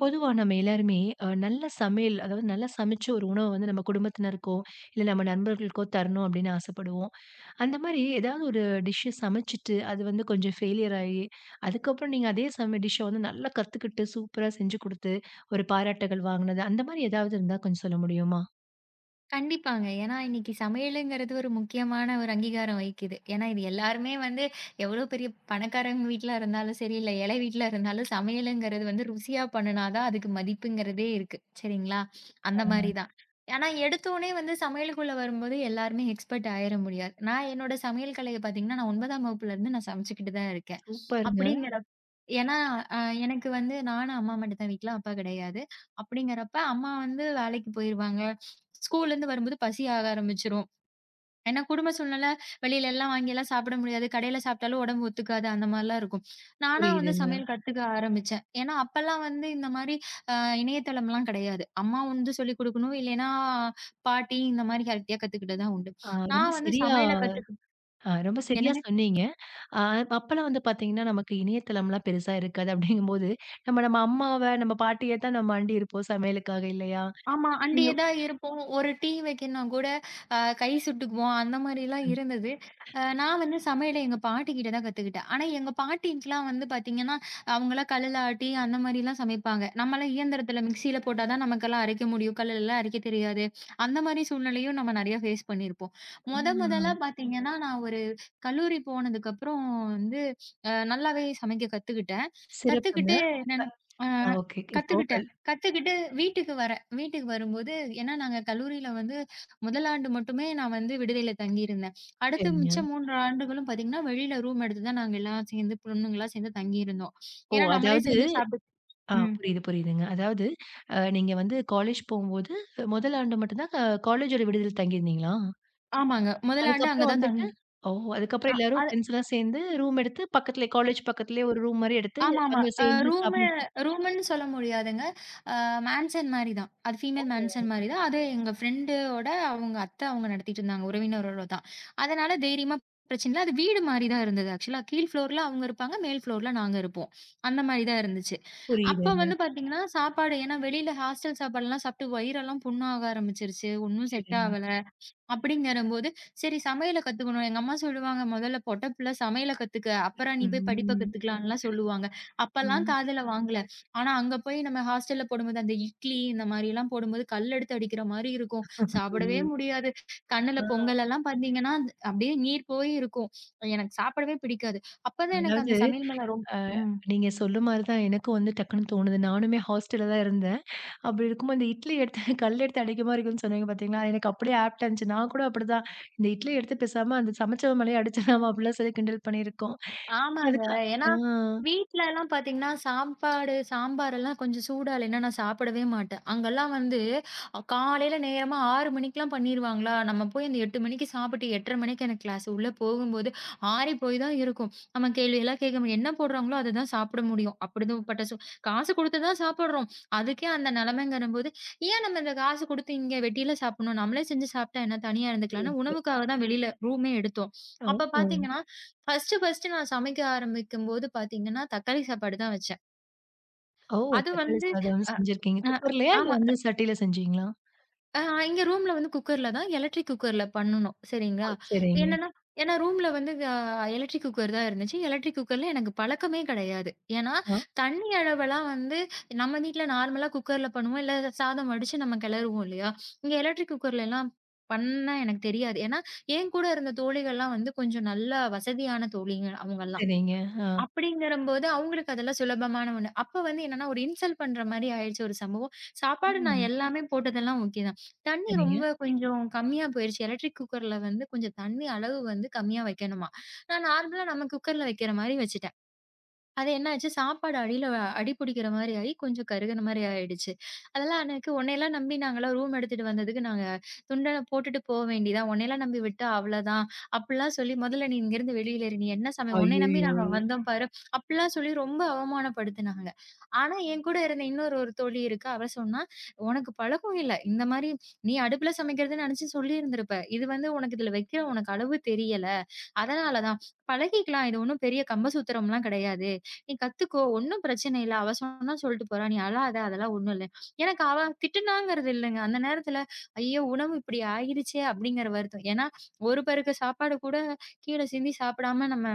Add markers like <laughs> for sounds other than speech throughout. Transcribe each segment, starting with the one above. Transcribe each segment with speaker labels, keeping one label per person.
Speaker 1: பொதுவா நம்ம எல்லாருமே நல்ல சமையல், அதாவது நல்லா சமைச்சு ஒரு உணவ வந்து நம்ம குடும்பத்தினருக்கோ, இல்ல நம்ம நண்பர்களுக்கோ தரணும் அப்படின்னு ஆசைப்படுவோம். அந்த மாரி ஏதாவது ஒரு டிஷ் சமைச்சுட்டு, அது வந்து கொஞ்சம் ஃபெயிலியர் ஆயி, அதுக்கப்புறம் நீங்க அதே சம டிஷ்ஷ வந்து நல்லா கத்துக்கிட்டு, சூப்பரா செஞ்சு குடுத்து, ஒரு பாராட்டுகள் வாங்குனது, அந்த மாரி ஏதாவது இருந்தா கொஞ்சம் சொல்ல முடியுமா?
Speaker 2: கண்டிப்பாங்க. ஏன்னா இன்னைக்கு சமையலுங்கிறது ஒரு முக்கியமான ஒரு அங்கீகாரம் வகிக்குது. ஏன்னா இது எல்லாருமே வந்து, எவ்வளோ பெரிய பணக்காரங்க வீட்ல இருந்தாலும் சரி, இல்ல ஏழை வீட்ல இருந்தாலும் சமையலுங்கிறது வந்து ருசியா பண்ணுனா தான் அதுக்கு மதிப்புங்கிறதே இருக்கு. சரிங்களா? அந்த
Speaker 1: ஆ,
Speaker 2: மாரி தான். ஆனா எடுத்தோனே வந்து சமையலுக்குள்ள வரும்போது எல்லாருமே எக்ஸ்பர்ட் ஆயிற முடியாது. நான் என்னோட சமையல் கலைய பார்த்தீங்கன்னா, நான் 9ஆம் வகுப்புலருந்து நான் சமைச்சுக்கிட்டு தான் இருக்கேன்.
Speaker 1: சூப்பர்ங்க.
Speaker 2: அப்படிங்கிறப் ஏன்னா அ எனக்கு வந்து நானும் அம்மா மட்டும் தான் வீட்ல, அப்பா கிடையாது. அப்படிங்கிறப்ப அம்மா வந்து வேலைக்கு போயிருவாங்க. ஸ்கூல்லேருந்து வரும்போது பசி ஆக ஆரம்பிச்சுரும். ஏன்னா குடும்ப சூழ்நிலை வெளியில எல்லாம் வாங்கிலாம் சாப்பிட முடியாது. கடையில சாப்பிட்டாலும் உடம்பு ஒத்துக்காது அந்த மாரிலாம் இருக்கும். நானா வந்து
Speaker 1: புரியுதுங்க.
Speaker 2: சமையல் கத்துக்க ஆரம்பிச்சேன். ஏன்னா அப்பலாம் வந்து இந்த மாரி அ இணையதளம்லாம் கிடையாது. அம்மா வந்து சொல்லிக் குடுக்கணும். இல்லைன்னா பாட்டி இந்த மாரி ஹெல்த்தியா கத்துக்கிட்டது தான் உண்டு.
Speaker 1: ஆ ரொம்ப
Speaker 2: நான் வந்து
Speaker 1: சரியா
Speaker 2: சமையல கத்துக்கு
Speaker 1: ஆ ரொம்ப சரியா
Speaker 2: என்னங்க?
Speaker 1: சொன்னீங்க. அ அப்பலாம் வந்து பார்த்தீங்கன்னா, நமக்கு இணையதளம்லாம் பெருசா இருக்காது. அப்படிங்கும்போது, நம்ம நம்ம அம்மாவ, நம்ம பாட்டிய தான் நம்ம அண்டி இருப்போம் சமையலுக்காக இல்லையா?
Speaker 2: ஆமா. அண்டியே
Speaker 1: நீங்க
Speaker 2: தான் இருப்போம். ஒரு டீ வைக்கணும்னா கூட கை சுட்டுக்குவோம். அந்த மாரிலாம்
Speaker 1: ம்.
Speaker 2: இருந்தது. நான் வந்து சமையல எங்க பாட்டிகிட்ட தான் கத்துக்கிட்டேன். ஆனா எங்க பாட்டிக்குலாம் வந்து பார்த்தீங்கன்னா, அவங்கலாம் கல்லுல ஆட்டி அந்த மாரிலாம் சமைப்பாங்க. நம்மலாம் இயந்திரத்தில மிக்ஸியில போட்டா தான் நமக்கெல்லாம் அரைக்க முடியும். கல்லுலலாம் அரைக்க தெரியாது. அந்த மாரி சூழ்நிலையும் நம்ம நெறையா ஃபேஸ் பண்ணியிருப்போம்.
Speaker 1: ஆ,
Speaker 2: மொத மொதலா பார்த்தீங்கன்னா, நான் ஒரு கல்லூரி போனதுக்கப்புறம் வந்து அ நல்லாவே சமைக்க கத்துக்கிட்டேன்.
Speaker 1: சிறப்புங்க.
Speaker 2: கத்துக்கிட்டு
Speaker 1: க
Speaker 2: என்னன்னா அ
Speaker 1: ஓகே. இப்போ
Speaker 2: கத்துக்கிட்டு
Speaker 1: கல்
Speaker 2: கத்துக்கிட்டு வீட்டுக்கு வரேன். வீட்டுக்கு வரும்போது ஏன்னா நாங்க கல்லூரியில வந்து முதல் ஆண்டு மட்டுமே நான் வந்து விடுதியில தங்கியிருந்தேன். அடுத்து
Speaker 1: சரிங்க.
Speaker 2: மிச்சம் 3 ஆண்டுகளும் பார்த்தீங்கன்னா, வெளியில ரூம் எடுத்து தான் நாங்க எல்லாம் சேர்ந்து பொண்ணுங்களா சேர்ந்து தங்கியிருந்தோம்.
Speaker 1: ஓ!
Speaker 2: ஏன்னா நம்மளே
Speaker 1: அதாவது
Speaker 2: செஞ்சு சாப்பிட்டு.
Speaker 1: ஆ
Speaker 2: ம்.
Speaker 1: புரியுது, புரியுதுங்க. அதாவது நீங்க வந்து காலேஜ் போம்போது, முதல் ஆண்டு மட்டும் தான் காலேஜோட விடுதியில தங்கியிருந்தீங்களா?
Speaker 2: ஆமாங்க. முதல் ஆண்டு அங்க
Speaker 1: அதுக்கப்புறம்
Speaker 2: தான்
Speaker 1: வந்துட்டு
Speaker 2: தங்கி.
Speaker 1: ஓ! அதுக்கப்புறம்
Speaker 2: அ
Speaker 1: எல்லாரும்
Speaker 2: அது
Speaker 1: ஃப்ரெண்ட்ஸ்லாம் சேர்ந்து ரூம் எடுத்து பக்கத்திலே காலேஜ் பக்கத்திலேயே ஒரு ரூம் மாரி எடுத்து,
Speaker 2: ஆமாமா.
Speaker 1: அங்க
Speaker 2: அ
Speaker 1: சேர்ந்து
Speaker 2: ரூமு
Speaker 1: சாப்பிட்டு
Speaker 2: ரூமுன்னு சொல்ல முடியாதுங்க. அ மேன்ஷன் மாரி தான். அது ஃபீமேல் மேன்ஷன்
Speaker 1: ஓ!
Speaker 2: மாரி தான். அது எங்க ஃப்ரெண்டோட அவங்க அத்தை அவங்க நடத்திட்டு இருந்தாங்க. உறவினரோட தான். அதனால தைரியமா பிரச்சனை இல்ல. அது வீடு மாரி தான் இருந்தது. ஆக்சுவலா கீழ் ஃப்ளோர்ல அவங்க இருப்பாங்க. மேல் ஃப்ளோர்ல நாங்க இருப்போம். அந்த மாரி தான் இருந்துச்சு. அப்ப
Speaker 1: புரியுதுங்க.
Speaker 2: வந்து பார்த்தீங்கன்னா, சாப்பாடு ஏன்னா வெளியில ஹாஸ்டல் சாப்பாடுலாம் சாப்பிட்டு வயிறெல்லாம் புண்ணாக ஆரம்பிச்சுருச்சு. ஒண்ணும் செட்
Speaker 1: சரிங்க.
Speaker 2: ஆவல. அப்படிங்கிறம்போது, சரி சமையல கத்துக்கணும். எங்க அம்மா சொல்லுவாங்க, "முதல்ல பொட்ட புள்ள சமையல கத்துக்க. அப்புறம் நீ போய் படிப்ப
Speaker 1: ம்.
Speaker 2: கத்துக்கலாம்லாம்" சொல்லுவாங்க. அப்பலாம்
Speaker 1: ம்.
Speaker 2: காதுல வாங்கல. ஆனா, அங்க போய் நம்ம ஹாஸ்டல்ல போடும்போது, அந்த இட்லி இந்த மாரிலாம் போடும்போது கல் எடுத்து அடிக்கிற மாரி இருக்கும். சாப்பிடவே
Speaker 1: ம்.
Speaker 2: முடியாது. கண்ணுல
Speaker 1: ஆ,
Speaker 2: பொங்கலெல்லாம் பார்த்தீங்கன்னா, அப்படியே நீர் போய் இருக்கும். எனக்கு சாப்பிடவே பிடிக்காது. அப்பதான் எனக்கு
Speaker 1: அதாவது
Speaker 2: அந்த சமையல் மேல ரொம்
Speaker 1: அ
Speaker 2: ம்.
Speaker 1: நீங்க சொல்ல மாரி தான் எனக்கும் வந்து டக்குன்னு தோணுது. நானுமே ஹாஸ்டல்ல தான் இருந்தேன். அப்படி இருக்கும்போது இந்த இட்லி எடுத்து <laughs> கல் எடுத்து அடிக்குமா இருக்குன்னு சொன்னீங்க பார்த்தீங்களா? எனக்கு அப்படியே ஆப்ட்டா இருந்துச்சு. நான் கூட அப்படிதான் இந்த இட்லி எடுத்து பேசாம அந்த சமைச்சவன் மேலயே அடிச்சிடலாமா அப்படிலாம் சொல்லி கிண்டல் பண்ணியிருக்கோம்.
Speaker 2: ஆமாங்க.
Speaker 1: அதுக்கு
Speaker 2: ஏன்னா,
Speaker 1: ஆ
Speaker 2: வீட்லலாம் பார்த்தீங்கன்னா, சாப்பாடு சாம்பாரெல்லாம் கொஞ்சம் சூடா இல்லைன்னா நான் சாப்பிடவே மாட்டேன். அங்கலாம் வந்து காலையில நேரமா 6 மணிக்கெல்லாம் பண்ணிருவாங்களா, நம்ம போய் அந்த 8 மணிக்கு சாப்பிட்டு 8:30 மணிக்கு எனக்கு கிளாஸ். உள்ள போகும்போது ஆறி போய் தான் இருக்கும். நம்ம கேள்வியெல்லாம் கேட்க முடியும். என்ன போடுறாங்களோ அத தான் சாப்பிட முடியும். அப்படிப்பட்ட சூ காசு குடுத்து தான் சாப்பிடுறோம். அதுக்கே அந்த நிலைமைங்கிறபோது, ஏன் நம்ம இந்த காசு குடுத்து இங்க வெளியில சாப்பிடணும்? நம்மளே செஞ்சு சாப்பிட்டா என்ன? தனியா இருந்துக்கலாம்ன்னு
Speaker 1: சரி.
Speaker 2: உணவுக்காக தான் வெளியில ரூமே எடுத்தோம். அப்ப
Speaker 1: ஓ!
Speaker 2: பார்த்தீங்கன்னா, ஃபர்ஸ்ட்டு ஃபர்ஸ்ட்டு நான் சமைக்க ஆரம்பிக்கும்போது பார்த்தீங்கன்னா, தக்காளி சாப்பாடு தான் வச்சேன்.
Speaker 1: ஓ!
Speaker 2: அது
Speaker 1: தக்காளி
Speaker 2: வந்து
Speaker 1: சாதம் செஞ்சிருக்கீங்க.
Speaker 2: அ
Speaker 1: குக்கர்லயா இல்ல
Speaker 2: ஆமா.
Speaker 1: வந்து சட்டியில செஞ்சீங்களா?
Speaker 2: அ எங்க ரூம்ல வந்து குக்கர்ல தான் எலக்ட்ரிக் குக்கர்ல பண்ணணும்.
Speaker 1: ஆ
Speaker 2: சரிங்களா?
Speaker 1: சரிங்க.
Speaker 2: என்னன்னா ஏன்னா ரூம்ல வந்து அ எலக்ட்ரிக் குக்கர் தான் இருந்துச்சு. எலக்ட்ரிக் குக்கர்ல எனக்கு பழக்கமே கிடையாது. ஏன்னா,
Speaker 1: ஆ
Speaker 2: தண்ணி அளவெல்லாம் வந்து நம்ம வீட்ல நார்மலா குக்கர்ல பண்ணுவோம். இல்ல சாதம் வடிச்சு நம்ம கிளறுவோம் இல்லையா? இங்க எலக்ட்ரிக் குக்கர்லலாம் பண்ண எனக்கு தெரியாது. ஏன்னா, என் கூட இருந்த தோழிகள்லாம் வந்து கொஞ்சம் நல்லா வசதியான தோழிங்க அவங்கலாம்.
Speaker 1: சரிங்க. ஆ,
Speaker 2: அப்படிங்கிறம்போது, அவங்களுக்கு அதெல்லாம் சுலபமான ஒண்ணு. அப்ப வந்து என்னன்னா, ஒரு இன்சல்ட் பண்ற மாரி ஆயிடுச்சு ஒரு சம்பவம். சாப்பாடு நான்
Speaker 1: ம்.
Speaker 2: எல்லாமே போட்டதெல்லாம் ஓகே தான். தண்ணி
Speaker 1: சரிங்க.
Speaker 2: ரொம்ப கொஞ்சம் கம்மியா போயிருச்சு. எலக்ட்ரிக் குக்கர்ல வந்து கொஞ்சம் தண்ணி அளவு வந்து கம்மியா வைக்கணுமாம். நான் நார்மலா நம்ம குக்கர்ல வைக்கிற மாரி வச்சுட்டேன். அது என்ன ஆச்சு, சாப்பாடு அடியில அடி பிடிக்கிற மாரி ஆயி, கொஞ்சம் கருகுன மாரி ஆயிடுச்சு. அதெல்லாம் எனக்கு உன்னையெல்லாம் நம்பி நாங்கலாம் ரூம் எடுத்துட்டு வந்ததுக்கு நாங்க துண்டன போட்டுட்டு போ வேண்டியதா, உன்னையெல்லாம் நம்பி விட்டா அவ்ளதான். அப்படிலாம் சொல்லி, "முதல்ல நீ இங்கேருந்து வெளியில இரு. நீ என்ன சமை உன்னைய நம்பி
Speaker 1: ஐய்யயோ!
Speaker 2: நாங்க வந்தோம் பாரு." அப்படிலாம் சொல்லி ரொம்ப அவமானப்படுத்துனாங்க. ஆனா, என் கூட இருந்த இன்னொரு தோழி இருக்கா. அவ சொன்னா, "உனக்கு பழக்கம் இல்ல. இந்த மாரி நீ அடுப்புல சமைக்கிறதுன்னு நெனச்சு சொல்லியிருந்திருப்ப. இது வந்து உனக்கு இதுல வைக்கிற உனக்கு அளவு தெரியல." அதனால தான். பழகிக்கலாம். இது ஒண்ணும் பெரிய கம்பசூத்திரம்லாம் கிடையாது. நீ கத்துக்கோ. ஒண்ணும் பிரச்சனை இல்ல. அவ சொன்னா சொல்ட்டு போறா. நீ அழாத. அதெல்லாம் ஒண்ணும் இல்ல. எனக்கு அவ திட்டுனாங்கிறது இல்லங்க. அந்த நேரத்துல, ஐயோ! உணவு இப்படி ஆயிருச்சே! அப்படிங்கிற வருத்தம். ஏன்னா, ஒரு பருக்க சாப்பாடு கூட கீழ சிந்தி சாப்பிடாம நம்ம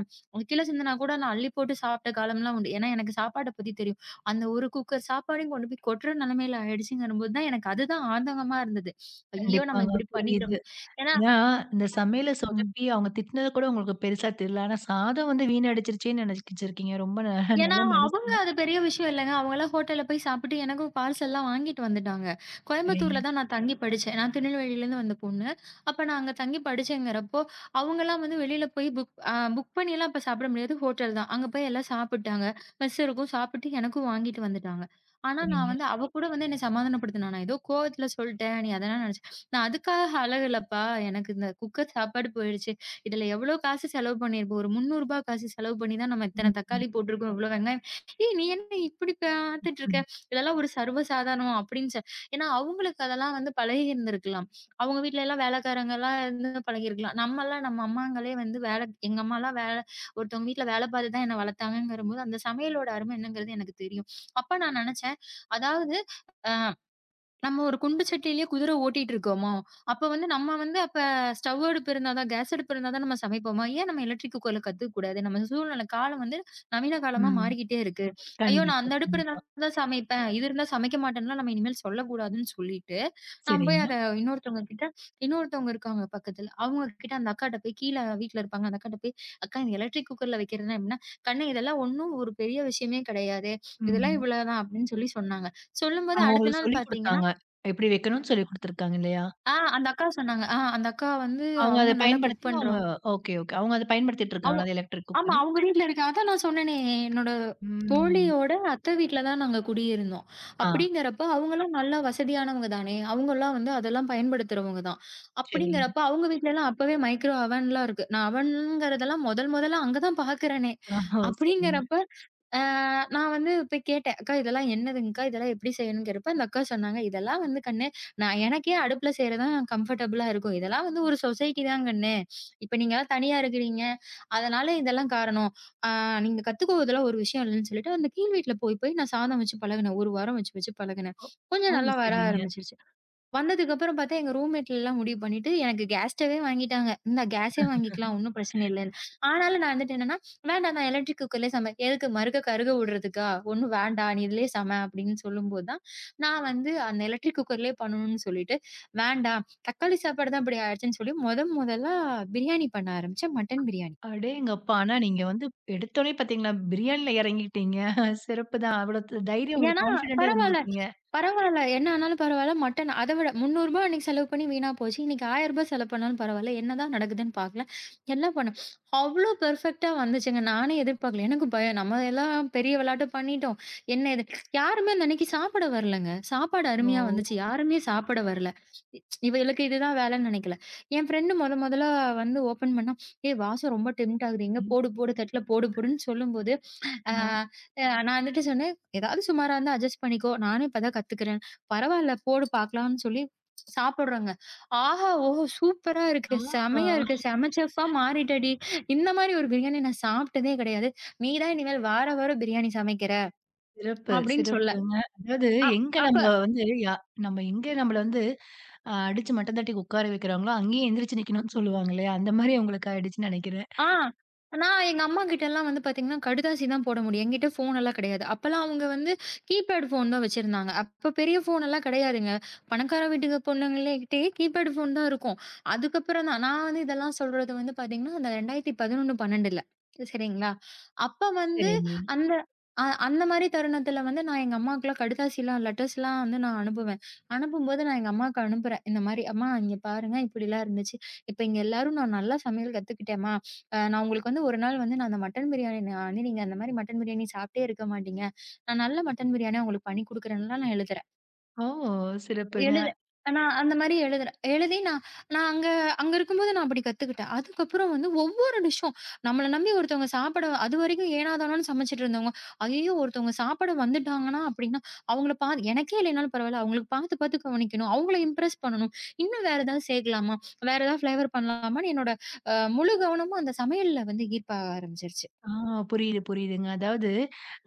Speaker 2: கீழ சிந்துனா கூட நான் அள்ளி போட்டு சாப்பிட்ட காலம்லாம் உண்டு. ஏன்னா, எனக்கு சாப்பாட்ட பத்தி தெரியும். அந்த ஒரு குக்கர் சாப்பாடையும் கொண்டு போய் கொட்டுற நிலைமையில ஆயிடுச்சுங்கிறபோது தான் எனக்கு அதுதான் ஆதங்கமா இருந்தது. ஐயோ! நம்ம
Speaker 1: கண்டிப்பாங்க. ம்.
Speaker 2: இப்படி
Speaker 1: புரியுது.
Speaker 2: பண்ணிட்டோமே! ஏன்னா
Speaker 1: ஏன்னா, இந்த சமையல சொதப்பி அவங்க திட்டினது கூட உங்களுக்கு பெருசா தெரியல. ஆனா சாதம் வந்து வீணடிச்சிருச்சேன்னு நினைச்சிருக்கீங்க. ரொம்ப <laughs>
Speaker 2: ஏன்னா,
Speaker 1: நல்ல மனசு
Speaker 2: அவங்க
Speaker 1: தான்.
Speaker 2: அது பெரிய விஷயம் இல்லங்க. அவங்கலாம் ஹோட்டல்ல போய் சாப்பிட்டு எனக்கும் பார்சல்லாம் வாங்கிட்டு வந்துட்டாங்க.
Speaker 1: சரிங்க,
Speaker 2: கோயம்புத்தூர்ல தான் நான் தங்கி படிச்சேன். நான் திருநெல்வேலியிலேருந்து வந்த பொண்ணு. அப்ப நான் அங்க தங்கி படிச்சேங்கிறப்போ, அவங்கலாம் வந்து வெளியில போய் புக் பண்ணிலாம் அப்ப சாப்பிட முடியாது. ஹோட்டல் தான். அங்க போய் எல்லாம் சாப்பிட்டாங்க. மெஸ் இருக்கும். சாப்பிட்டு எனக்கும் வாங்கிட்டு வந்துட்டாங்க. ஆனா, நான்
Speaker 1: சரிங்க.
Speaker 2: வந்து அவ கூட வந்து என்ன சமாதானப்படுத்துனா, "நான் ஏதோ கோவத்துல சொல்ட்டேன். நீ அதெல்லாம் நெனச்ச." நான் அதுக்காக அழகலப்பா. எனக்கு இந்த குக்கர் சாப்பாடு போயிடுச்சு. இதுல எவ்வளோ காசு செலவு பண்ணியிருப்போம். ஒரு ரூ. 300 காசு செலவு பண்ணி தான் நம்ம
Speaker 1: ம்,
Speaker 2: இத்தன தக்காளி போட்டிருக்கோம், இவ்வளோ வெங்காயம். "ஏய்! நீ என்ன இப்படி பார்த்துட்டு இருக்க?
Speaker 1: ம்,
Speaker 2: இதெல்லாம் ஒரு சர்வசாதாரணம்" அப்படின்னு சொ ஏன்னா அவங்களுக்கு அதெல்லாம் வந்து பழகி இருந்திருக்கலாம். அவங்க வீட்ல எல்லாம் வேலைக்காரங்கலாம் இருந்து பழகியிருக்கலாம். நம்மலாம் நம்ம எல்லாம் நம்ம அம்மாங்களே வந்து வேல எங்க அம்மாலாம் வேல ஒருத்தவங்க வீட்ல வேல பார்த்து தான் என்ன வளர்த்தாங்கங்கிறபோது, அந்த சமையலோட அருமை என்னங்கிறது எனக்கு தெரியும். அப்ப நான் நெனச்சேன், அதாவது அ நம்ம ஒரு குண்டு சட்டியிலேயே குதிரை ஓட்டிட்டு இருக்கோமா? அப்ப வந்து நம்ம வந்து அப்ப ஸ்டவ் அடுப்பு இருந்தா தான், கேஸ் அடுப்பு இருந்தா தான் நம்ம சமைப்போமா? ஏன் நம்ம எலக்ட்ரிக் குக்கர்ல கத்துக்கக்கூடாது? நம்ம சூழ்நிலை காலம் வந்து நவீன காலமா
Speaker 1: ம்.
Speaker 2: மாறிக்கிட்டே இருக்கு. ஐயோ! நான்
Speaker 1: கண்டிப்பா,
Speaker 2: அந்த அடுப்பு இருந்தா
Speaker 1: கண்டிப்பா.
Speaker 2: தான் சமைப்பேன். இது இருந்தா சமைக்க மாட்டேன்லாம் நம்ம இனிமேல் சொல்லக்கூடாதுன்னு சொல்லிட்டு, நான் போய்
Speaker 1: சரிங்க.
Speaker 2: அத இன்னொருத்தவங்க கிட்ட இன்னொருத்தவங்க இருக்காங்க பக்கத்துல. அவங்க கிட்ட அந்த அக்காட்ட போய் கீழ வீட்ல இருப்பாங்க. அந்த அக்காட்ட போய், "அக்கா இந்த எலக்ட்ரிக் குக்கர்ல வைக்கிறதுனா எப்படின்னா, கண்ணு இதெல்லாம் ஒண்ணும் ஒரு பெரிய விஷயமே கிடையாது. இதெல்லாம்
Speaker 1: ம்.
Speaker 2: இவ்வளவுதான்" அப்படின்னு சொல்லி சொன்னாங்க. சொல்லும்போது
Speaker 1: அவங்க
Speaker 2: அடுத்த
Speaker 1: உங்களுக்கு
Speaker 2: நாள்
Speaker 1: சொல்லிக்
Speaker 2: பார்த்தீங்கன்னா
Speaker 1: குடுத்தாங்க. எப்படி வைக்கணும்னு சொல்லிக் குடுத்துருக்காங்க இல்லையா?
Speaker 2: ஆ அந்த அக்கா சொன்னாங்க. அந்த அக்கா வந்து
Speaker 1: அவங்க அத
Speaker 2: அவங்க நல்லா குக்
Speaker 1: பயன்படுத்தி அவங்க
Speaker 2: பண்றவங்க.
Speaker 1: Okay, okay. அவங்க அத பயன்படுத்திட்டு
Speaker 2: அவ்
Speaker 1: இருக்காங்களா? அந்த எலக்ட்ரிக்
Speaker 2: ஆமா.
Speaker 1: குக்கரு?
Speaker 2: அவங்க வீட்ல இருக்கு. அதான் நான் சொன்னேனே, என்னோட
Speaker 1: ம்.
Speaker 2: தோழியோட அத்தை வீட்ல தான் நாங்க குடியிருந்தோம்.
Speaker 1: ஆ,
Speaker 2: அப்படிங்கிறப்ப அவங்கலாம் நல்லா வசதியானவங்க தானே! அவங்கலாம் வந்து அதெல்லாம் பயன்படுத்துறவங்க தான்.
Speaker 1: சரிங்க.
Speaker 2: அப்படிங்கிறப்ப அவங்க வீட்லலாம் அப்பவே மைக்ரோ அவன்லாம் இருக்கு. நான் அவன்ங்கிறதெல்லாம் முதல்ல அங்க தான் பார்க்குறேனே!
Speaker 1: ஓஹோ! சரிங்க.
Speaker 2: அப்படிங்கிறப்ப அ நான் வந்து போய் கேட்டேன். "அக்கா இதெல்லாம் என்னதுங்க்கா? இதெல்லாம் எப்படி செய்யணும்னு?" கேட்டப்ப அந்த அக்கா சொன்னாங்க, "இதெல்லாம் வந்து கண்ணு, நான் எனக்கே அடுப்புல செய்றது தான் கம்ஃபர்டபுளா இருக்கும். இதெல்லாம் வந்து ஒரு சொசைட்டி தான் கண்ணு. இப்ப நீங்கலாம் தனியா இருக்கிறீங்க. அதனால இதெல்லாம் காரணம். ஆ நீங்க கத்துக்குவதெல்லாம் ஒரு விஷயம் இல்லன்னு சொல்லிட்டு, அந்த கீழ் வீட்ல போய் போய் நான் சாதம் வச்சு பழகுனேன். 1 வாரம் வச்சு வச்சு பழகுனேன்.
Speaker 1: ஓ, ஓ!
Speaker 2: கொஞ்சம் நல்லா வர
Speaker 1: சரிங்க.
Speaker 2: ஆரம்பிச்சுருச்சு. வந்ததுக்கப்புறம் பார்த்தா, எங்க ரூம்மேட்லாம் முடிவு பண்ணிட்டு, எனக்கு கேஸ் ஸ்டவ்வே வாங்கிட்டாங்க. "இந்தா கேஸே வாங்கிக்கலாம். ஒண்ணும் பிரச்சனை இல்லன்னு." ஆனாலும் நான் வந்துட்டு என்னன்னா, "வேண்டாம் நான் எலக்ட்ரிக் குக்கர்லயே சமை எதுக்கு மறுக்க கருக விடுறதுக்கா? ஒண்ணும் வேண்டாம். நீ இதுலயே சம." அப்படின்னு சொல்லும்போது தான், நான் வந்து அந்த எலக்ட்ரிக் குக்கர்லயே பண்ணணும்னு சொல்லிட்டு, "வேண்டாம் தக்காளி சாப்பாடு தான் இப்படி ஆயிடுச்சுன்னு" சொல்லி மொத மொதலா பிரியாணி பண்ண ஆரம்பிச்சேன். மட்டன் பிரியாணி.
Speaker 1: அடேங்கப்பா! ஆனா நீங்க வந்து எடுத்தோனே பார்த்தீங்களா, பிரியாணில இறங்கிட்டீங்க. <laughs> சிறப்பு தான். அவ்வளவு தைரியம் உங்களுக்கு
Speaker 2: ஏன்னா
Speaker 1: கான்ஃபிடென்ட்டா
Speaker 2: பரவால்ல,
Speaker 1: இருந்திருக்கீங்க.
Speaker 2: பரவால்ல. என்ன ஆனாலும் பரவால்ல. மட்டன் அத விட ரூ. 300 அன்னைக்கு செலவு பண்ணி வீணா போச்சு. இன்னைக்கு ரூ. 1000 செலவு பண்ணாலும் பரவால்ல. என்னதான் நடக்குதுன்னு பார்க்கல. எல்லாம் பண்ணோம். அவ்ளோ பெர்ஃபெக்ட்டா வந்துச்சுங்க. நானே எதிர்பார்க்கல. எனக்கு பயம். நம்ம எல்லாம் பெரிய விளையாட்டு பண்ணிட்டோம். என்ன இது. யாருமே அந்த அன்னைக்கு சாப்பிட வரலங்க. சாப்பாடு
Speaker 1: ஓ!
Speaker 2: அருமையா வந்துச்சு. யாருமே சாப்பிட வரல. இவளுக்கு இதுதான் வேலைன்னு நெனைக்கல. என் ஃப்ரெண்ட் மொத மொதலா வந்து ஓப்பன் பண்ணா, "ஏய் வாசம் ரொம்ப டெம்ப்ட் ஆகுது. எங்க
Speaker 1: ம்.
Speaker 2: போடு போடு தட்டுல போடு போடுன்னு" சொல்லும்போது ஆ,
Speaker 1: ஆ.
Speaker 2: அ நான் வந்துட்டு சொன்னேன், "ஏதாவது சுமாரா இருந்தா அட்ஜஸ்ட் பண்ணிக்கோ. நானும் இப்ப தான் கத்துக்கிறேன். பரவால்ல போடு பார்க்கலாம்னு" சொல்லி சாப்பிடுறோங்க. ஆஹா! ஓஹோ! சூப்பரா
Speaker 1: ஆ.
Speaker 2: இருக்கு. செமையா இருக்கு. செம செஃப்பா மாறிட்டடி. இந்த மாரி ஒரு பிரியாணி நான் சாப்பிட்டதே கிடையாது. நீ தான் இனிமேல் வார வாரம் பிரியாணி சமைக்கிற
Speaker 1: சிறப்பு,
Speaker 2: அப்படின்னு சொல்ல.
Speaker 1: சிறப்புங்க. அதாவது
Speaker 2: அ
Speaker 1: எங்க
Speaker 2: அப்ப
Speaker 1: நம்ம வந்து யா நம்ம எங்க நம்மள வந்து அடிச்சு மட்டம் தட்டி உட்கார வைக்கிறாங்களோ, அங்கேயே எந்திரிச்சு நிக்கணும்னு சொல்லுவாங்க இல்லையா? அந்த மாரி உங்களுக்கு ஆயிடுச்சுன்னு நினைக்கிறேன்.
Speaker 2: ஆ. நான் எங்க அம்மாகிட்டலாம் வந்து பார்த்தீங்கன்னா, கடுதாசி தான் போட முடியும். என்கிட்ட ஃபோனெல்லாம் கிடையாது. அப்பலாம் அவங்க வந்து கீபேட் ஃபோன் தான் வச்சிருந்தாங்க. அப்ப பெரிய ஃபோனெல்லாம் கிடையாதுங்க. பணக்கார வீட்டுக்கு பொண்ணுங்கள்கிட்டயே கீபேட் ஃபோன் தான் இருக்கும். அதுக்கப்புறம் தான் நான் வந்து இதெல்லாம் சொல்றது வந்து பார்த்தீங்கன்னா, அந்த 2011, 12ல சரிங்களா? அப்ப வந்து
Speaker 1: சரிங்க.
Speaker 2: அந்த அ அந்த மாரி தருணத்தில வந்து நான் எங்க அம்மாவுக்குலாம் கடுதாசிலாம், லெட்டர்ஸ்லாம் வந்து நான் அனுப்புவேன். அனுப்பும்போது நான் எங்க அம்மாவுக்கு அனுப்புறேன். இந்த மாரி, "அம்மா இங்க பாருங்க, இப்படிலாம் இருந்துச்சு. இப்ப இங்க எல்லாரும் நான் நல்லா சமையல் கத்துக்கிட்டேன்ம்மா. நான் உங்களுக்கு வந்து ஒரு நாள் வந்து நான் அந்த மட்டன் பிரியாணி நான் வந்து நீங்க அந்த மாரி மட்டன் பிரியாணி சாப்பிட்டே இருக்க மாட்டீங்க. நான் நல்ல மட்டன் பிரியாணியா உங்களுக்கு பண்ணி குடுக்குறேன்லாம் நான் எழுதல.
Speaker 1: ஓ! சிறப்புங்க.
Speaker 2: எழுத நான் அந்த மாரி எழுதுறேன். எழுதி நான் நான் அங்க அங்க இருக்கும்போது நான் அப்படி கத்துக்கிட்டேன். அதுக்கப்புறம் வந்து ஒவ்வொரு டிஷ்ஷும் நம்மள நம்பி ஒருத்தவங்க சாப்பிட அதுவரைக்கும் ஏனாதானோன்னு சமைச்சுட்டு இருந்தவங்க, ஐயய்யோ! ஒருத்தவங்க சாப்பிட வந்துட்டாங்கன்னா அப்படின்னா, அவங்கள பா எனக்கே இல்லைனாலும் பரவாயில்ல. அவங்களுக்கு பார்த்து பார்த்து கவனிக்கணும். அவங்கள இம்ப்ரெஸ் பண்ணணும். இன்னும் வேற ஏதாவது சேர்க்கலாமா? வேற ஏதாவது ஃப்ளேவர் பண்ணலாமான்னு என்னோட முழு கவனமும் அந்த சமையல்ல வந்து ஈர்க்க ஆரம்பிச்சுருச்சு.
Speaker 1: ஆ புரியுது, புரியுதுங்க. அதாவது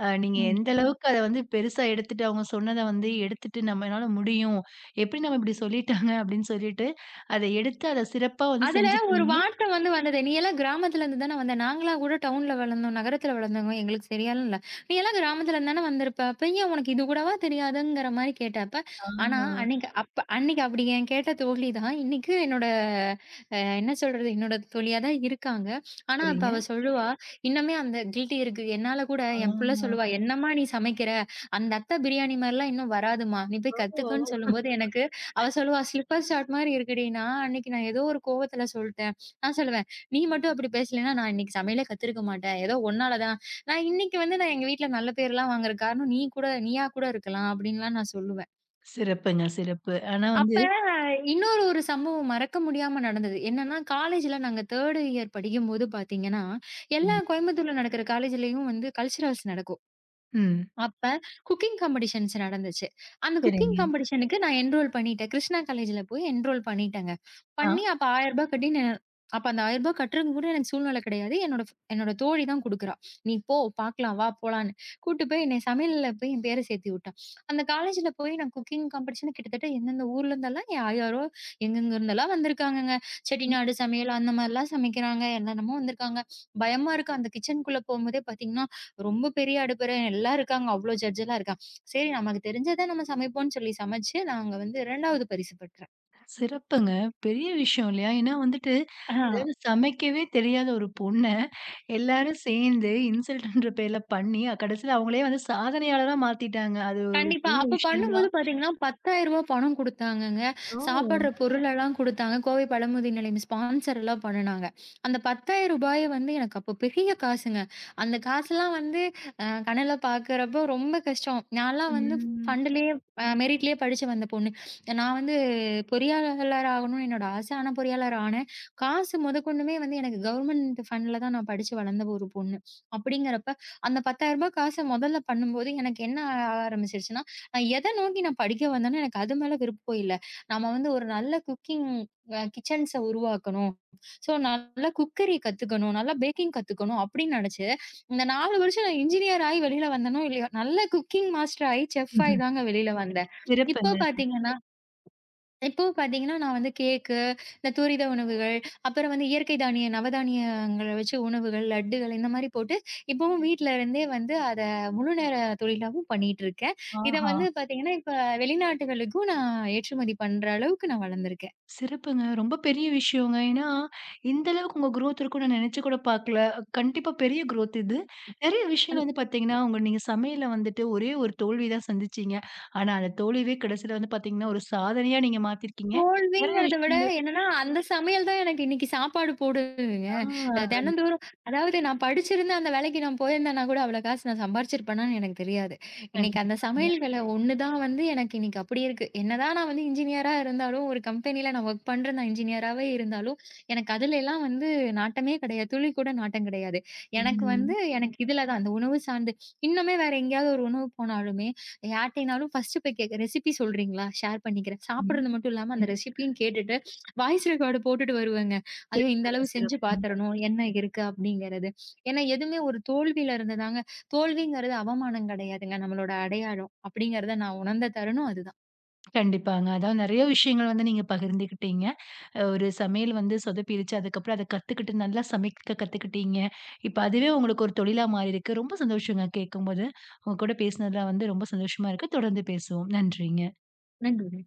Speaker 1: நீங்க
Speaker 2: ம்.
Speaker 1: எந்த அளவுக்கு அத வந்து பெருசா எடுத்துட்டு, அவங்க சொன்னத வந்து எடுத்துட்டு நம்மனால முடியும். எப்படி நம்ம இப்படி சொல்லிட்டாங்க அப்படின்னு சொல்லிட்டு, அத எடுத்து அத சிறப்பா வந்து
Speaker 2: அதுல ஒரு
Speaker 1: செஞ்சுட்டீங்க.
Speaker 2: வார்த்தை வந்து வந்தது. "நீ எல்லாம் கிராமத்துல இருந்து தானே வந்த. நாங்கலாம் கூட டவுன்ல வளர்ந்தோம். நகரத்துல வளர்ந்தவங்க. எங்களுக்கு சரியாலும் இல்ல. நீ எல்லாம் கிராமத்துல இருந்து தானே வந்திருப்ப. அப்ப ஏன் உனக்கு இது கூடவா தெரியாதுங்கிற" மாரி கேட்டப்ப,
Speaker 1: ஆ
Speaker 2: ஆனா அன்னைக்கு அப்ப அன்னைக்கு அப்படி என் கேட்ட தோழி தான் இன்னைக்கு என்னோட என்ன சொல்றது? என்னோட தோழியா தான் இருக்காங்க. ஆனா இப்ப
Speaker 1: சரிங்க.
Speaker 2: அவ சொல்லுவா, சரி. இன்னுமே அந்த கில்ட்டி இருக்கு. என்னால கூட என் புள்ள
Speaker 1: ஆ,
Speaker 2: சொல்லுவா, "என்னம்மா நீ சமைக்கிற? அந்த அத்தை பிரியாணி மாரிலாம் இன்னும் வராதும்மா. நீ போய்
Speaker 1: ஓ!
Speaker 2: கத்துக்கன்னு" சொல்லும்போது எனக்கு அவ சொல்லுவா, "ஸ்லிப்பர் ஷார்ட் மாரி இருக்குடின்னா, அன்னைக்கு நான் ஏதோ ஒரு கோவத்துல சொல்ட்டேன்." நான் சொல்லுவேன், "நீ மட்டும் அப்படி பேசலன்னா, நான் இன்னைக்கு சமையலே கத்துருக்க மாட்டேன். ஏதோ உன்னால தான். நான் இன்னைக்கு வந்து நான் எங்க வீட்ல நல்ல பேர்லாம் வாங்குறதுக்கு காரணம் நீ கூட நீயா கூட இருக்கலாம்." அப்படின்லாம் நான் சொல்லுவேன்.
Speaker 1: சிறப்புங்க, சிறப்பு. ஆனா
Speaker 2: அப்ப
Speaker 1: வந்து
Speaker 2: இன்னொரு ஒரு சம்பவம் மறக்க முடியாம நடந்தது. என்னன்னா, காலேஜ்ல நாங்க 3 இயர் படிக்கும்போது பாத்தீங்கன்னா, எல்லா கோயம்புத்தூர்ல நடக்கிற காலேஜ்லயும் வந்து கல்ச்சுரல்ஸ் நடக்கும்.
Speaker 1: ம்.
Speaker 2: அப்ப குக்கிங் காம்படிஷன்ஸ் நடந்துச்சு. அந்த குக்கிங்
Speaker 1: சரிங்க.
Speaker 2: காம்படிஷனுக்கு நான் என்ரோல் பண்ணிட்டேன். கிருஷ்ணா காலேஜ்ல போய் என்ரோல் பண்ணிட்டேங்க.
Speaker 1: ஆ,
Speaker 2: பண்ணி அப்ப ரூ. 1000 கட்டி ந அப்ப அந்த ரூ. 1000 கட்டுறதுக்கு கூட எனக்கு சூழ்நிலை கிடையாது. என்னோட தோழி தான் குடுக்குறா. "நீ போ பார்க்கலாம், வா போலான்னு." கூட்டு போய் என்னைய சமையல்ல போய் என் பேர சேர்த்தி விட்டா. அந்த காலேஜ்ல போய் நான் குக்கிங் காம்படிஷன் கிட்டத்தட்ட எந்தெந்த ஊர்ல இருந்தெல்லாம் யார் யாரோ எங்கெங்க இருந்தெல்லாம் வந்திருக்காங்கங்க. செட்டிநாடு சமையல் அந்த மாரிலாம் சமைக்கிறாங்க. என்னென்னமோ வந்திருக்காங்க. பயமா இருக்கு அந்த கிச்சனுக்குள்ள போம்போதே பார்த்தீங்கன்னா, ரொம்ப பெரிய அடுப்பறை எல்லாம் இருக்காங்க. அவ்ளோ ஜட்ஜ் எல்லாம் இருக்காங்க. சரி நமக்கு தெரிஞ்சத நம்ம சமைப்போம்ன்னு சொல்லி சமைச்சு, நாங்க வந்து 2வது பரிசு பெற்றேன்.
Speaker 1: சிறப்புங்க. பெரிய விஷயம் இல்லையா? ஏன்னா வந்துட்டு அதாவது சமைக்கவே தெரியாத ஒரு பொண்ண, எல்லாரும் சேர்ந்து இன்சல்ட்ன்ற பேர்ல பண்ணி, கடைசில அவங்களே வந்து சாதனையாளரா மாத்திட்டாங்க. அது ஒரு
Speaker 2: கண்டிப்பா.
Speaker 1: பெரிய
Speaker 2: அப்ப
Speaker 1: விஷயம்
Speaker 2: பண்ணும்போது
Speaker 1: தான்.
Speaker 2: பார்த்தீங்கன்னா, ரூ. 10,000 பணம் குடுத்தாங்கங்க.
Speaker 1: ஓ!
Speaker 2: சாப்படுற பொருளெல்லாம் குடுத்தாங்க. கோவை பழமுதிர் நிலையம் ஸ்பான்சர்லாம் பண்ணுனாங்க. அந்த ரூ. 10,000 வந்து எனக்கு அப்போ பெரிய காசுங்க. அந்த காசுலாம் வந்து அ கனவுல பார்க்குறப்போ ரொம்ப கஷ்டம். நான்லாம் வந்து
Speaker 1: ம்.
Speaker 2: ஃபண்டுலயே மெரிட்லயே படிச்சு வந்த பொண்ணு. நான் வந்து பொறியாளர் ஆகணும்னு என்னோட ஆசை. ஆனா பொறியாளர் ஆனேன். காசு முதற்கொண்டுமே வந்து எனக்கு கவர்மெண்ட் ஃபண்ட்ல தான் நான் படிச்சு வளர்ந்த ஒரு பொண்ணு. அப்படிங்கிறப்ப அந்த ரூ. 10,000 காச முதல்ல பண்ணும்போது, எனக்கு என்ன ஆ ஆரம்பிச்சிருச்சுன்னா, நான் எத நோக்கி நான் படிக்க வந்தேனோ எனக்கு அது மேல விருப்பம் இல்ல. நம்ம வந்து ஒரு நல்ல குக்கிங் அ கிச்சன்ஸ உருவாக்கணும். ஸோ நல்ல குக்கரி கத்துக்கணும், நல்லா பேக்கிங் கத்துக்கணும் அப்படின்னு நெனச்சு, இந்த 4 வருஷம் நான் இன்ஜினியர் ஆயி வெளியில வந்தேனோ இல்லையோ, நல்ல குக்கிங் மாஸ்டர் ஆயி, செஃப் ஆயி தாங்க வெளியில வந்தேன். இப்போ
Speaker 1: சிறப்புங்க. சிறப்பு.
Speaker 2: பாத்தீங்கன்னா இப்போ பார்த்தீங்கன்னா, நான் வந்து கேக்கு, இந்த துரித உணவுகள், அப்புறம் வந்து இயற்கை தானிய நவதானியங்கள வச்சு உணவுகள், லட்டுகள் இந்த மாரி போட்டு, இப்பவும் வீட்ல இருந்தே வந்து அத முழு நேர தொழிலாவும் பண்ணிட்டுருக்கேன். இத
Speaker 1: ஆஹா!
Speaker 2: வந்து பார்த்தீங்கன்னா, இப்ப வெளிநாட்டுகளுக்கும் நான் ஏற்றுமதி பண்ற அளவுக்கு நான் வளர்ந்துருக்கேன்.
Speaker 1: சிறப்புங்க. ரொம்ப பெரிய விஷயங்க. ஏன்னா, இந்த அளவுக்கு உங்க குரோத் இருக்கும்னு நான் நினைச்சு கூட பார்க்கல. கண்டிப்பா பெரிய குரோத் இது. நெறைய விஷயங்கள் வந்து பார்த்தீங்கன்னா, உங்க நீங்க சமையல்ல வந்துட்டு ஒரே ஒரு தோல்வி தான் சந்திச்சீங்க. ஆனா, அந்த தோல்வியே கடைசில வந்து பார்த்தீங்கன்னா, ஒரு சாதனையா நீங்க மாத்திருக்கீங்க. நெறைய
Speaker 2: தோல்விங்கிறத விட
Speaker 1: விஷயங்கள்
Speaker 2: என்னன்னா, அந்த சமையல் தான் எனக்கு இன்னைக்கு சாப்பாடு போடுதுங்க.
Speaker 1: ஆ.
Speaker 2: தினந்தோறும் அதாவது நான் படிச்சிருந்து அந்த வேலைக்கு நான் போயிருந்தேன்னா கூட அவ்வளோ காசு நான் சம்பாரிச்சிருப்பேனான்னு எனக்கு தெரியாது. இன்னைக்கு அந்த
Speaker 1: கண்டிப்பாங்க.
Speaker 2: சமையல்கல ஒண்ணு தான் வந்து எனக்கு இன்னைக்கு அப்படி இருக்கு. என்னதான் நான் வந்து இன்ஜினியரா இருந்தாலும், ஒரு கம்பெனியில நான் ஒர்க் பண்றேன் நான் இன்ஜினியராவே இருந்தாலும், எனக்கு அதுலலாம் வந்து நாட்டமே கிடையாது. துளி கூட நாட்டம் கிடையாது. எனக்கு
Speaker 1: ம்.
Speaker 2: வந்து எனக்கு இதுல தான் அந்த உணவு சார்ந்து இன்னுமே வேற எங்கேயாவது ஒரு உணவு போனாலுமே, யார்ட்டனாலும் ஃபர்ஸ்ட் போய் கேட்க ரெசிபி சொல்றீங்களா? ஷேர் பண்ணிக்கிறேன்.
Speaker 1: ம்.
Speaker 2: சாப்பிடுறது மட்டும் இல்லாம
Speaker 1: ம்.
Speaker 2: அந்த ரெசிபியும் கேட்டுட்டு, வாய்ஸ் ரெக்கார்டு போட்டுட்டு வருவேங்க. ஐயோ! இந்த
Speaker 1: சிறப்புங்க,
Speaker 2: அளவு செஞ்சு
Speaker 1: சிறப்புங்க.
Speaker 2: பார்த்துறணும். என்ன இருக்கு அப்படிங்கிறது. ஏன்னா எதுவுமே ஒரு தோல்வியில இருந்து தாங்க தோல்விங்கிறது அவமானம் கிடையாதுங்க. நம்மளோட அடையாளம் அப்படிங்கிறத நான் உணர்ந்த தருணம் அதுதான்.
Speaker 1: கண்டிப்பாங்க. அதாவது நெறைய விஷயங்கள் வந்து நீங்க பகிர்ந்துக்கிட்டீங்க. ஒரு சமையல் வந்து சொதப்பிருச்சு. அதுக்கப்புறம் அத கத்துக்கிட்டு நல்லா சமைக்க கத்துக்கிட்டீங்க. இப்ப அதுவே உங்களுக்கு ஒரு தொழிலா மாறியிருக்கு. ரொம்ப சந்தோஷங்க கேட்கும்போது. உங்க கூட பேசினதுல வந்து ரொம்ப சந்தோஷமா இருக்கு. தொடர்ந்து பேசுவோம். நன்றிங்க.
Speaker 2: நன்றி.